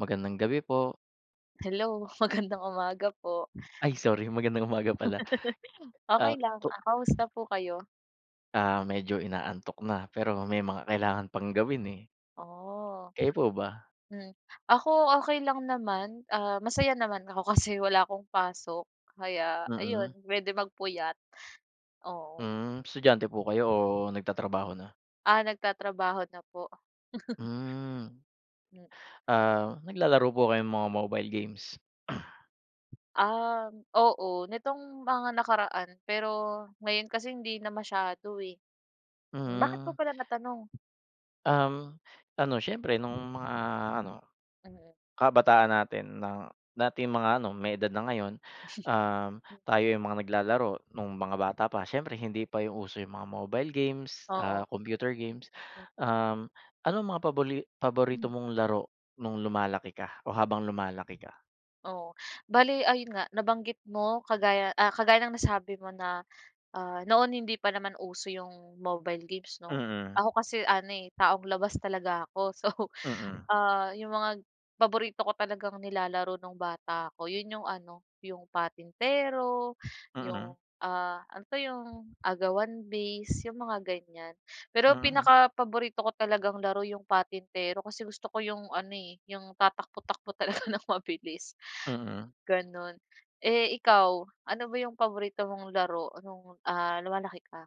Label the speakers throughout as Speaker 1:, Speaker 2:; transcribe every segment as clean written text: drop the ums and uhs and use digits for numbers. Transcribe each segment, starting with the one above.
Speaker 1: Magandang gabi po.
Speaker 2: Hello, magandang umaga po.
Speaker 1: Ay sorry, magandang umaga pala.
Speaker 2: Okay
Speaker 1: Ah,
Speaker 2: lang.
Speaker 1: to
Speaker 2: Kamusta po kayo?
Speaker 1: Medyo inaantok na pero may mga kailangan pang gawin, eh.
Speaker 2: Oh,
Speaker 1: Kayo po ba?
Speaker 2: hmm. Ako okay lang naman, masaya naman ako kasi wala akong pasok kaya ayun
Speaker 1: Mm.
Speaker 2: puwede magpuyat, oo.
Speaker 1: Hmm, estudyante po kayo o nagtatrabaho na?
Speaker 2: Nagtatrabaho na po.
Speaker 1: Hmm,
Speaker 2: Hmm,
Speaker 1: naglalaro po kayong mga mobile games?
Speaker 2: oo nitong mga nakaraan pero ngayon kasi hindi na masyado, eh. Mm, bakit po
Speaker 1: Hmm,
Speaker 2: pala natanong?
Speaker 1: um, ano siyempre nung mga ano kabataan natin na dating mga ano, may edad na ngayon.
Speaker 2: Mm,
Speaker 1: Tayo yung mga naglalaro nung mga bata pa, siyempre hindi pa yung uso yung mga mobile games,
Speaker 2: oo.
Speaker 1: computer games. Um, Anong mga paborito mong laro nung lumalaki ka o habang lumalaki ka?
Speaker 2: Oo. Bale ayun nga, nabanggit mo kagaya, kagaya ng nasabi mo na, noon hindi pa naman uso yung mobile games 'no.
Speaker 1: Mm,
Speaker 2: Ako kasi ano, eh, taong labas talaga ako. So,
Speaker 1: mm.
Speaker 2: yung mga paborito ko talagang nilalaro nung bata ako yun yung ano, yung patintero,
Speaker 1: Hmm.
Speaker 2: yung, ano 'to yung agawan base, yung mga ganyan. Pero
Speaker 1: mm, mm,
Speaker 2: pinaka paborito ko talagang laro yung patintero kasi gusto ko yung ano, eh, yung tatakbo-takbo talaga ng mabilis.
Speaker 1: mm,
Speaker 2: Gano'n. Eh, ikaw, ano ba yung paborito mong laro nung, lumalaki ka?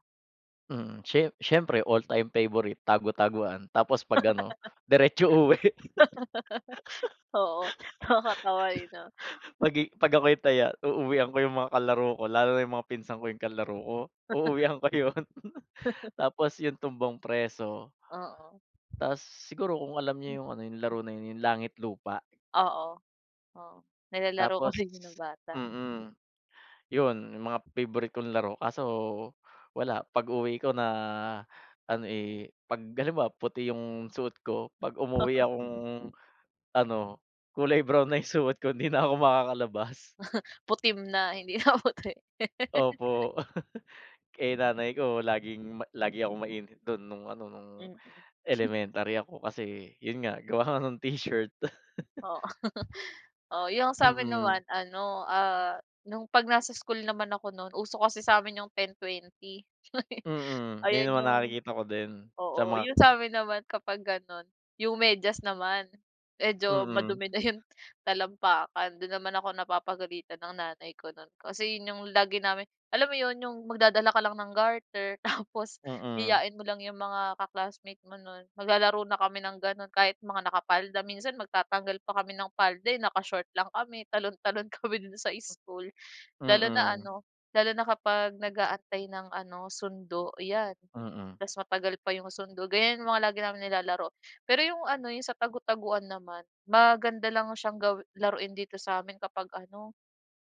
Speaker 1: mm. Siyempre all-time favorite, tago-taguan tapos 'pag ano, diretso uwi.
Speaker 2: Oo, nakakatawa, eh, 'no?
Speaker 1: 'Pag ako'y taya, uuwian ko yung mga kalaro ko, lalo na yung mga pinsan ko yung kalaro ko, uuwian ko yun. Tapos yung tumbang preso,
Speaker 2: Oo.
Speaker 1: ta's siguro kung alam niyo yung ano, yung laro na yun, yung langit lupa.
Speaker 2: Oo, oo. Nilalaro ko
Speaker 1: Tapos
Speaker 2: din yung nung bata.
Speaker 1: mm, yun yung mga favorite kong laro, kaso wala, pag-uwi ko na ano, eh, 'pag halimbawa puti yung suot ko, 'pag umuwi akong ano, kulay brown na yung suot ko, hindi na ako makakalabas.
Speaker 2: Putim na, hindi na puti.
Speaker 1: Opo. Eh, nanay ko laging lagi akong mainit dun nung ano, nung
Speaker 2: Mm.
Speaker 1: elementary ako kasi yun nga gawa nga nung t-shirt.
Speaker 2: Oo, oo. Oh, yung sa'min
Speaker 1: Mm,
Speaker 2: naman ano, nung 'pag nasa school naman ako nun, uso kasi sa'min yung 10-20.
Speaker 1: mm, yun
Speaker 2: Ayan
Speaker 1: naman
Speaker 2: yung
Speaker 1: nakikita ko din sa
Speaker 2: oo,
Speaker 1: mga
Speaker 2: yung sa'min naman kapag gano'n, yung medyas naman, medyo
Speaker 1: mm,
Speaker 2: madumi na yung talampakan. Do'n naman ako napapagalitan ng nanay ko nun kasi yun yung lagi namin alam mo yun, yung magdadala ka lang ng garter tapos
Speaker 1: mm,
Speaker 2: yayain mo lang yung mga ka-classmate mo no'n. Maglalaro na kami ng gano'n kahit mga nakapalda, minsan magtatanggal pa kami ng palda, eh, nakashort lang kami, talon-talon kami do'n sa school. Lalo na
Speaker 1: mm,
Speaker 2: ano, lalo na kapag nag-aantay ng ano, sundo, yan.
Speaker 1: mm,
Speaker 2: Ta's matagal pa yung sundo, ganyan yung mga lagi namin nilalaro. Pero yung ano, yung sa tagu-taguan naman, maganda lang siyang gawi laruin dito sa amin kapag ano,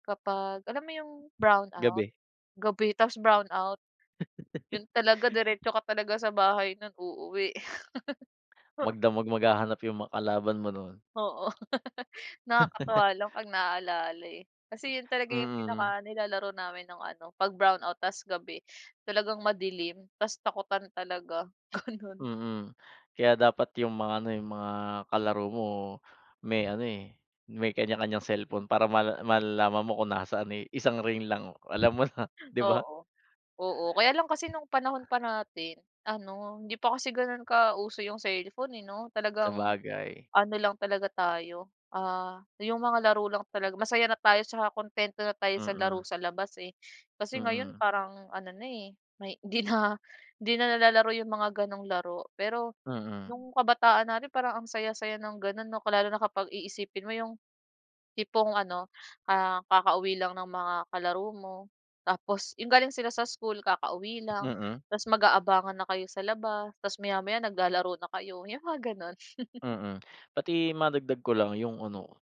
Speaker 2: kapag alam mo yung brownout,
Speaker 1: gabi.
Speaker 2: gabi ta's brownout, yun talaga diretso ka talaga sa bahay nun, uuwi.
Speaker 1: Magdamag maghahanap yung mga kalaban mo nun.
Speaker 2: Oo. Nakakatuwa lang 'pag naaalala, eh. Kasi yun talaga yung
Speaker 1: Mm,
Speaker 2: pinakanilalaro namin ng ano, 'pag brownout tas gabi, talagang madilim tas takutan talaga, ganun.
Speaker 1: mm, kaya dapat yung mga ano, yung mga kalaro mo may ano, eh, may kanya-kanyang cellphone para malalaman mo kung nasaan, eh, isang ring lang alam mo na, 'di ba?
Speaker 2: Oo. Oo, kaya lang kasi nung panahon pa natin ano, hindi pa kasi gano'n kauso yung cellphone, eh, 'no? Talagang
Speaker 1: Sabagay,
Speaker 2: ano lang talaga tayo, yung mga laro lang talaga masaya na tayo tsaka kuntento na tayo sa laro
Speaker 1: mm,
Speaker 2: sa labas, eh. Kasi ngayon
Speaker 1: mm,
Speaker 2: parang ano na, eh, may hindi na nalalaro yung mga gano'ng laro. Pero
Speaker 1: mm,
Speaker 2: nung kabataan natin parang ang saya-saya ng gano'n 'no, lalo na kapag iisipin mo yung tipong ano, kakauwi lang ng mga kalaro mo, tapos yung galing sila sa school kakauwi lang,
Speaker 1: mm,
Speaker 2: tas mag-aabangan na kayo sa labas, tapos maya-maya naglalaro na kayo, yung mga gano'n.
Speaker 1: mm. Pati madagdag ko lang yung ano,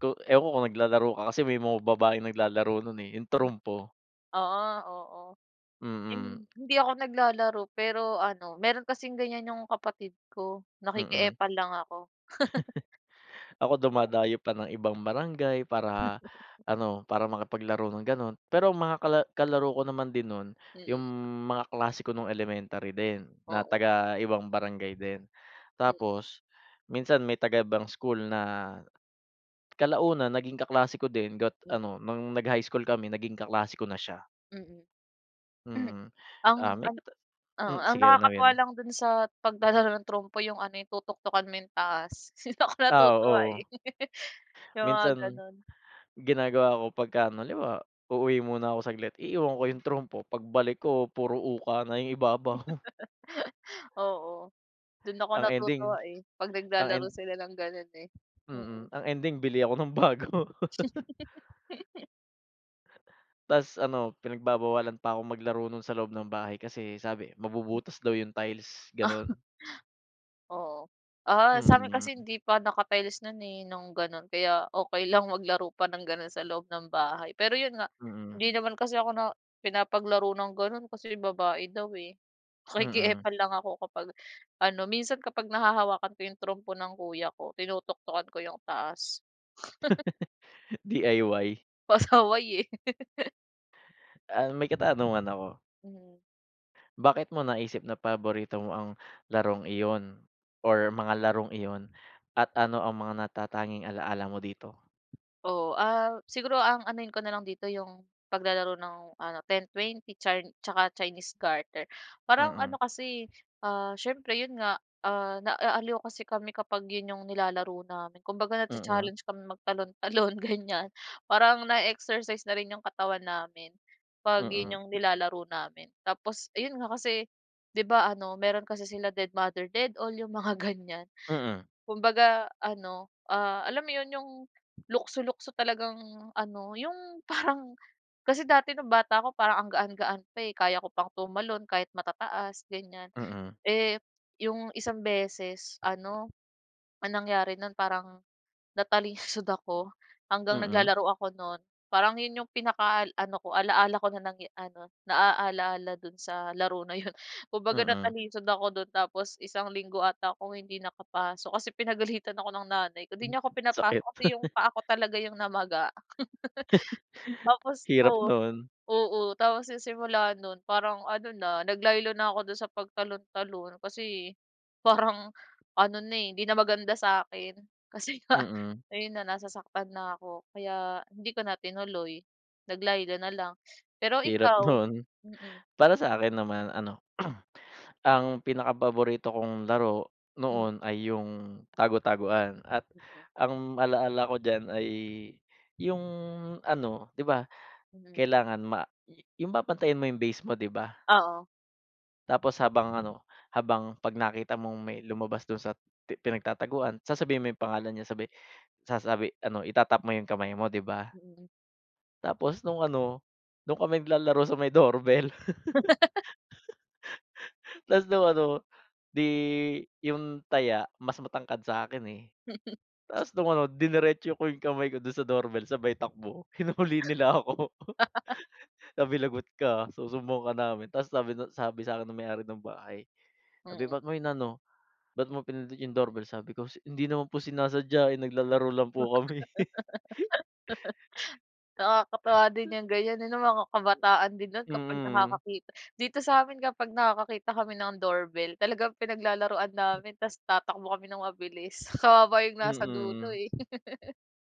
Speaker 1: ko ewan ko kung naglalaro ka kasi may mga babaeng naglalaro nun, eh, yung trumpo,
Speaker 2: Oo, oo.
Speaker 1: mm,
Speaker 2: Hindi ako naglalaro pero ano, meron kasing ganyan yung kapatid ko,
Speaker 1: mm.
Speaker 2: nakiki-epal lang ako.
Speaker 1: Ako
Speaker 2: Oo,
Speaker 1: dumadayo pa ng ibang barangay para ano, para makapaglaro ng gano'n. Pero ang mga kalaro ko naman din nun, yung
Speaker 2: mm,
Speaker 1: mga klase ko nung elementary din na
Speaker 2: oo.
Speaker 1: taga ibang barangay din.
Speaker 2: Mm,
Speaker 1: Tapos minsan may taga ibang school na kalaunan naging kaklase ko din got
Speaker 2: mm,
Speaker 1: ano nung nag-high school kami naging kaklase ko na siya,
Speaker 2: mm.
Speaker 1: mm.
Speaker 2: Ang
Speaker 1: Ah, may
Speaker 2: ang
Speaker 1: kata
Speaker 2: oo,
Speaker 1: Hmm,
Speaker 2: ang
Speaker 1: sige ano
Speaker 2: nakakatuwa
Speaker 1: yun?
Speaker 2: lang dun sa paglalaro ng trompo yung ano, yung tutuktukan mo yung taas. Dun ako natutuwa,
Speaker 1: Oo.
Speaker 2: eh. Yung mga
Speaker 1: Minsan
Speaker 2: gano'n,
Speaker 1: ginagawa ko pagka ano halimbawa, uuwi muna ako saglit, iiwan ko yung trumpo pagbalik ko puro uka na yung ibabaw.
Speaker 2: oo. Do'n ako
Speaker 1: Ang ending
Speaker 2: natutuwa, eh, 'pag
Speaker 1: ang end
Speaker 2: naglalaro sila ng gano'n, eh. Mm,
Speaker 1: mm, Ang ending bili ako ng bago. Ta's ano pinagbabawalan pa akong maglaro nun sa loob ng bahay kasi sabi mabubutas daw yung tiles, ganun.
Speaker 2: oo. Ah, sa sa'min
Speaker 1: Mm,
Speaker 2: kasi hindi pa naka-tiles no'n, eh, nung gano'n kaya okey lang maglaro pa ng gano'n sa loob ng bahay. Pero 'yun nga,
Speaker 1: mm,
Speaker 2: hindi naman kasi ako na pinapaglaro ng gano'n kasi babae daw, eh.
Speaker 1: mm.
Speaker 2: Nakikiepan lang ako kapag ano, minsan kapag nahahawakan ko yung trompo ng kuya ko, tinutoktokan ko yung taas,
Speaker 1: DIY.
Speaker 2: pasaway, eh.
Speaker 1: May katanungan ako.
Speaker 2: Mhm.
Speaker 1: Bakit mo naisip na paborito mo ang larong iyon or mga larong iyon at ano ang mga natatanging alaala mo dito?
Speaker 2: Oo, siguro ang anuhin ko na lang dito yung paglalaro ng ano 10-20 char tsaka Chinese Garter. Parang ano
Speaker 1: Mm,
Speaker 2: kasi, siyempre yun nga, naaaliw kasi kami kapag yun yung nilalaro namin. Kumbaga
Speaker 1: mm,
Speaker 2: nacha-challenge kami magtalon-talon ganyan. Parang na exercise na rin yung katawan namin 'pag yun
Speaker 1: mm,
Speaker 2: yung nilalaro namin. Tapos ayun nga kasi 'di ba ano meron kasi sila dead mother dead all yung mga ganyan.
Speaker 1: mm,
Speaker 2: Kumbaga ano, alam mo 'yun, yung lukso-lukso talagang ano, yung parang kasi dati nung bata ako parang ang gaan-gaan pa, eh, kaya ko pang tumalon kahit matataas, ganiyan.
Speaker 1: mm,
Speaker 2: Eh, yung isang beses ano, ang nangyari nun parang natalisod ako hanggang
Speaker 1: mm,
Speaker 2: naglalaro ako nun. Parang yun yung pinaka-ano ko, ala-ala ko na nangya ano, ala dun sa laro na yun. Kumbaga
Speaker 1: mm.
Speaker 2: natalisod ako don tapos isang linggo ata akong hindi nakapasok kasi pinagalitan ako ng nanay ko. Di niya ako pinapasok
Speaker 1: Sakit.
Speaker 2: kasi yung paa ko talaga yung namaga. Tapos
Speaker 1: Hirap
Speaker 2: oo,
Speaker 1: nun,
Speaker 2: oo, tapos yung simula nun parang ano na, naglaylo na ako dun sa pagtalon-talon kasi parang ano na, eh, hindi na maganda sa'kin. Kasi nga
Speaker 1: mm,
Speaker 2: ayun na, nasasaktan na ako kaya hindi ko na tinuloy, naglaylo na lang. Pero
Speaker 1: hirap
Speaker 2: ikaw?
Speaker 1: noon.
Speaker 2: Mm,
Speaker 1: Para sa akin naman ano, ang pinakapaborito kong laro
Speaker 2: mm,
Speaker 1: noon ay yung tago-taguan at
Speaker 2: mm, mm,
Speaker 1: ang alaala ko diyan ay yung ano, 'di ba
Speaker 2: mm, mm,
Speaker 1: kailangan ma yu yung babantayan mo yung base mo, 'di ba?
Speaker 2: oo,
Speaker 1: Tapos habang ano, habang 'pag nakita mong may lumabas dun sa pinagtataguan, sasabihin mo yung pangalan niya sabi ano, ita-tap mo yung kamay mo, 'di ba?
Speaker 2: mm,
Speaker 1: Tapos nung ano, dun kami naglalaro sa may doorbell ta's nung ano, 'di yung taya mas matangkad sa'kin, eh. Tapos nung ano diniretso ko yung kamay ko dun sa doorbell sabay takbo, hinuli nila ako. Sabi, "Lagot ka, susumbong ka namin." Tapos sabi nun sabi sa'kin ng may-ari ng bahay, sabi,
Speaker 2: mm.
Speaker 1: "Ba't mo inano? Ba't mo pinindot yung doorbell?" Sabi ko, "Hindi naman po sinasadya, eh, naglalaro lang po kami."
Speaker 2: Nakakatuwa din yung ganyan, eh, 'no, mga kabataan din nun kapag
Speaker 1: Mm.
Speaker 2: nakakakita dito sa amin kapag nakakakita kami ng doorbell talagang pinaglalaruan namin ta's tatakbo kami ng mabilis. Kawawa yung nasa dulo,
Speaker 1: Mm.
Speaker 2: eh.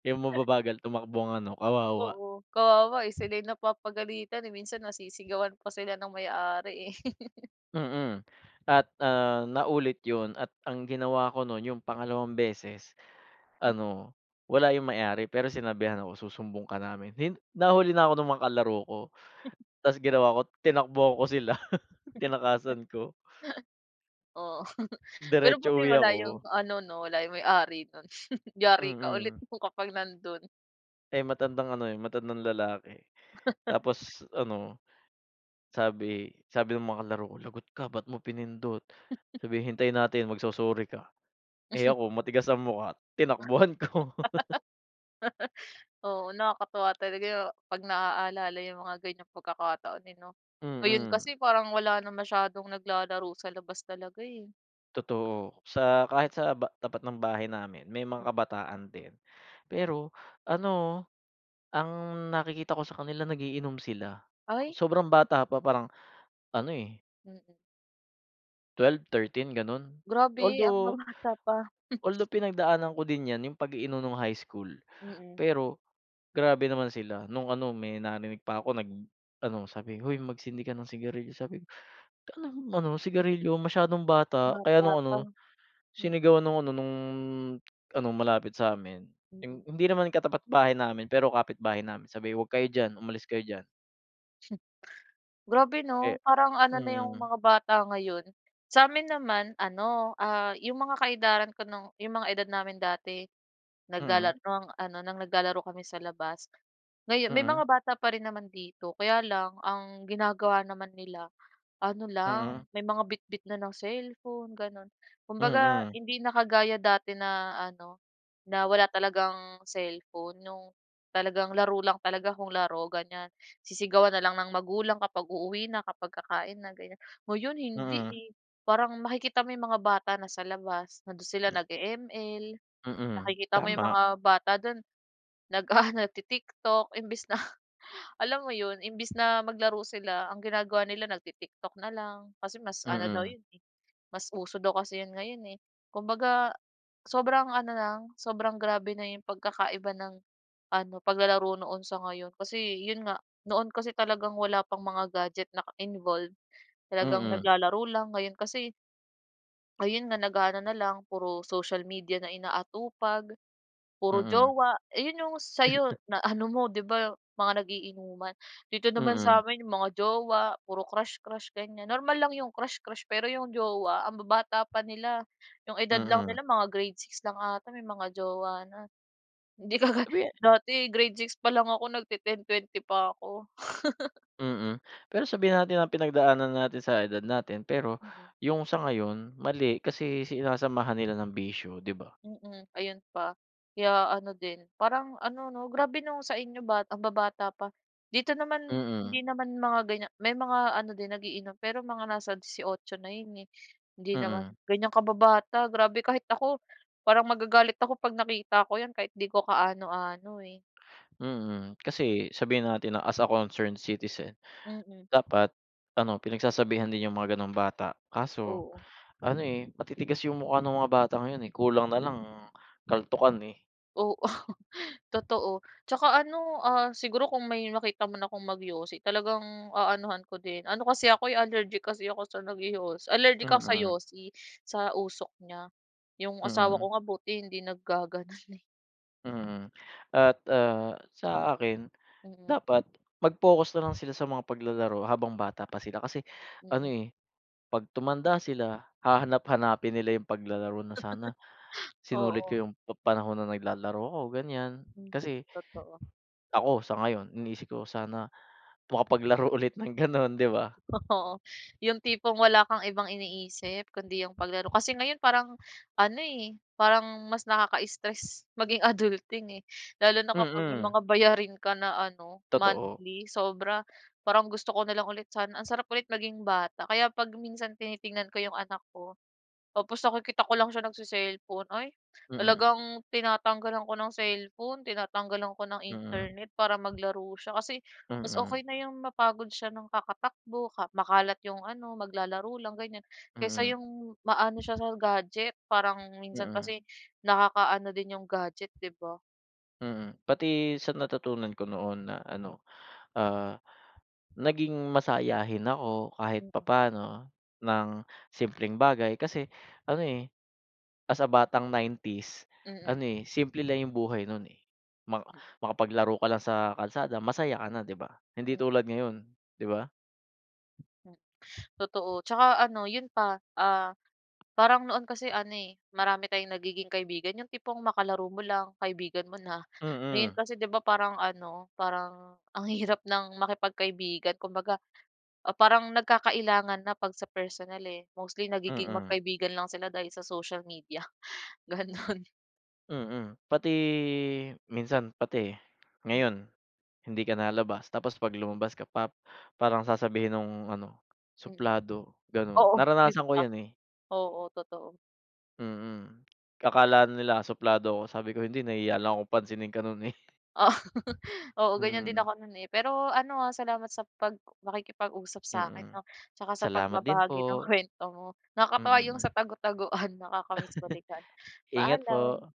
Speaker 1: Yung mababagal tumakbo ang ano, kawawa.
Speaker 2: Oo, kawawa, eh, sila yung napapagalitan, eh, minsan nasisigawan pa sila ng may-ari, eh.
Speaker 1: Mm. At, naulit yun at ang ginawa ko nun yung pangalawang beses ano, wala yung mayari pero sinabihan ako, "Susumbong ka namin." Nahuli na ako ng mga kalaro ko ta's ginawa ko, tinakbo ko sila, tinakasan ko,
Speaker 2: Oo, pero
Speaker 1: diretso
Speaker 2: buti
Speaker 1: uwi
Speaker 2: wala
Speaker 1: ako.
Speaker 2: yung ano 'no, wala yung may-ari nun. Yari ka ulit
Speaker 1: Mm.
Speaker 2: mo kapag nandun.
Speaker 1: Eh, matandang ano, eh, matandang lalaki tapos ano Sabi sabi ng mga kalaro ko, "Lagot ka, ba't mo pinindot?" Sabi, "Hintayin natin, magso-sorry ka." Eh, ako matigas ang mukha, tinakbuhan ko.
Speaker 2: Oo, nakakatuwa talaga yung 'pag naaalala yung mga ganyang pagkakataon, eh, 'no? Ngayon
Speaker 1: Mm,
Speaker 2: kasi parang wala na masyadong naglalaro sa labas talaga, eh.
Speaker 1: totoo. Sa kahit sa tapat ng bahay namin may mga
Speaker 2: Hmm,
Speaker 1: kabataan din. Pero ano, ang nakikita ko sa kanila nagiinom sila.
Speaker 2: ay,
Speaker 1: Sobrang bata pa parang ano, eh,
Speaker 2: mm.
Speaker 1: 12, 13 gano'n.
Speaker 2: Grabe ang mga
Speaker 1: Although
Speaker 2: bata pa,
Speaker 1: Although pinagdaanan ko din 'yan, yung pag-iinom nung high school.
Speaker 2: mm,
Speaker 1: Pero grabe naman sila nung ano may narinig pa ako ano sabi, "Hoy magsindi ka ng sigarilyo." Sabi ko, "Anong ano sigarilyo, masyadong bata." Kaya
Speaker 2: bata
Speaker 1: nung ano
Speaker 2: pa, hmm,
Speaker 1: sinigawan nung ano malapit sa'min, yung
Speaker 2: mm.
Speaker 1: hindi naman katapat bahay namin pero kapit bahay namin, sabi, "Huwag kayo diyan, umalis kayo diyan."
Speaker 2: Grabe 'no,
Speaker 1: Eh
Speaker 2: parang ano na yung
Speaker 1: mm,
Speaker 2: mga bata ngayon. Sa'min naman ano, yung mga kaedaran ko nung yung mga edad namin dati
Speaker 1: mm,
Speaker 2: naglalaro ng ano, ng naglalaro kami sa labas. Ngayon may
Speaker 1: mm,
Speaker 2: mga bata pa rin naman dito kaya lang ang ginagawa naman nila, ano lang,
Speaker 1: mm,
Speaker 2: may mga bitbit na ng cellphone gano'n. Kumbaga
Speaker 1: mm,
Speaker 2: hindi na kagaya dati na ano, na wala talagang cellphone, yung talagang laro lang talaga kung laro ganyan. Sisigawan na lang ng magulang kapag uuwi na, kapag kakain na ganyan. Ngayon hindi,
Speaker 1: mm,
Speaker 2: eh, parang makikita mo yung mga bata na sa labas, nandun sila nag-e-ML,
Speaker 1: mm,
Speaker 2: nakikita mo yung
Speaker 1: tama,
Speaker 2: mga bata dun nag-aano, nagti-TikTok imbis na alam mo yun, imbis na maglaro sila ang ginagawa nila nagti-TikTok na lang kasi mas
Speaker 1: mm,
Speaker 2: ano daw
Speaker 1: mm,
Speaker 2: yun, eh, mas uso daw kasi yun ngayon, eh. Kumbaga sobrang ano lang, sobrang grabe na yung pagkakaiba ng ano, paglalaro noon sa ngayon kasi yun nga, noon kasi talagang wala pang mga gadget na involved, talagang
Speaker 1: mm,
Speaker 2: naglalaro lang. Ngayon kasi ayun nga nag-aano na lang puro social media na inaatupag, puro
Speaker 1: mm,
Speaker 2: jowa, ayun yung sa'yo na ano mo 'di ba mga nagiinuman. Dito naman
Speaker 1: mm.
Speaker 2: sa amin yung mga jowa, puro crush-crush ganyan. Normal lang yung crush-crush pero yung jowa ang babata pa nila, yung edad lang
Speaker 1: Mm.
Speaker 2: nila mga grade six lang ata may mga jowa na. Hindi kagaya
Speaker 1: Sabi,
Speaker 2: dati grade six pa lang ako nagte-10, 20 pa ako.
Speaker 1: mm. Pero sabihin natin na pinagdaanan natin sa edad natin, pero yung sa ngayon mali kasi sinasamahan nila ng bisyo, 'di ba?
Speaker 2: Mm, ayun pa. Kaya ano din, parang ano 'no, grabe nung sa inyo bat ang babata pa. Dito naman,
Speaker 1: Mm,
Speaker 2: hindi naman mga ganyan may mga ano din nag-iinom, pero mga nasa 18 na yun, eh. Hindi naman
Speaker 1: mm,
Speaker 2: ganyan kababata, grabe kahit ako, parang magagalit ako 'pag nakita ko yan kahit 'di ko kaano-ano, eh.
Speaker 1: mm. Kasi sabihin natin na as a concerned citizen,
Speaker 2: Mm,
Speaker 1: dapat ano, pinagsasabihan din yung mga gano'ng bata. Kaso
Speaker 2: oo,
Speaker 1: ano, eh, matitigas yung mukha ng mga bata ngayon, eh, kulang na lang kaltukan, eh.
Speaker 2: oo. Totoo. Tsaka ano, siguro kung may makita man akong mag-yosi talagang aanuhan ko din. Ano kasi ako, eh, allergic kasi ako sa allergic ako sa
Speaker 1: Mm,
Speaker 2: yosi, sa usok niya. Yung asawa
Speaker 1: mm,
Speaker 2: ko nga buti hindi naggaganon, eh.
Speaker 1: mm. At, sa akin
Speaker 2: Mm,
Speaker 1: dapat mag-focus na lang sila sa mga paglalaro habang bata pa sila kasi ano,
Speaker 2: mm.
Speaker 1: eh, 'pag tumanda sila hahanap-hanapin nila yung paglalaro na sana sinulit ko
Speaker 2: Oo,
Speaker 1: yung panahon na naglalaro ako, ganyan.
Speaker 2: mm,
Speaker 1: Kasi
Speaker 2: totoo.
Speaker 1: ako sa ngayon iniisip ko sana makapaglaro ulit ng gano'n, 'di ba?
Speaker 2: Oo, yung tipong wala kang ibang iniisip kundi yung paglaro. Kasi ngayon parang ano, eh, parang mas nakaka-stress maging adulting, eh. Lalo na kapag may
Speaker 1: Mm,
Speaker 2: mga bayarin ka na ano,
Speaker 1: totoo.
Speaker 2: monthly, sobra. Parang gusto ko na lang ulit sana ang sarap ulit maging bata. Kaya 'pag minsan tinitingnan ko yung anak ko, tapos nakikita ko lang siya nagse-cellphone, ay
Speaker 1: Mm,
Speaker 2: talagang tinatanggalan ko ng cellphone, tinatanggalan ko ng
Speaker 1: mm,
Speaker 2: internet para maglaro siya. Kasi mas
Speaker 1: mm,
Speaker 2: okey na yung mapagod siya ng kakatakbo, ka makalat yung ano, maglalaro lang ganyan, kaysa
Speaker 1: mm,
Speaker 2: yung maano siya sa gadget. Parang minsan
Speaker 1: mm,
Speaker 2: kasi nakakaano din yung gadget, 'di ba?
Speaker 1: mm. Pati sa natutunan ko noon na ano, ah naging masayahin ako kahit
Speaker 2: Mm,
Speaker 1: papaano ng simpleng bagay kasi ano, eh, as a batang 90s's
Speaker 2: mm,
Speaker 1: ano, eh, simple lang yung buhay nun, eh. Maka Makapaglaro ka lang sa kalsada masaya ka na, 'di ba? Hindi
Speaker 2: mm,
Speaker 1: tulad ngayon, 'di ba?
Speaker 2: mm, totoo. Tsaka ano, yun pa, parang noon kasi ano, eh, marami tayong nagiging kaibigan, yung tipong makalaro mo lang, kaibigan mo na. Ngayon
Speaker 1: Mm,
Speaker 2: kasi 'di ba parang ano, parang ang hirap ng makipagkaibigan kumbaga parang nagkakailangan na 'pag sa personal, eh. Mostly nagiging
Speaker 1: mm,
Speaker 2: magkaibigan lang sila dahil sa social media, gano'n.
Speaker 1: mm. Pati minsan pati ngayon hindi ka nalalabas tapos 'pag lumabas ka parang sasabihin nung ano,
Speaker 2: Mm.
Speaker 1: suplado, gano'n.
Speaker 2: Oo, yun
Speaker 1: Naranasan ko
Speaker 2: pa.
Speaker 1: 'yan, eh.
Speaker 2: Oo, totoo.
Speaker 1: Mm. Akala nila suplado ako, sabi ko, "Hindi, nahiya lang akong pansinin ka no'n, eh."
Speaker 2: Oo, oo, ganyan din
Speaker 1: Mm,
Speaker 2: ako no'n, eh. Pero ano, salamat sa pag pakikipag-usap sa'kin
Speaker 1: mm.
Speaker 2: 'no, tsaka sa
Speaker 1: Salamat din
Speaker 2: pagbabahagi ng
Speaker 1: po,
Speaker 2: kuwento mo. Nakakatuwa yung sa
Speaker 1: mm.
Speaker 2: tagu-taguan, nakakamiss balikan.
Speaker 1: Ingat
Speaker 2: Paalam.
Speaker 1: po.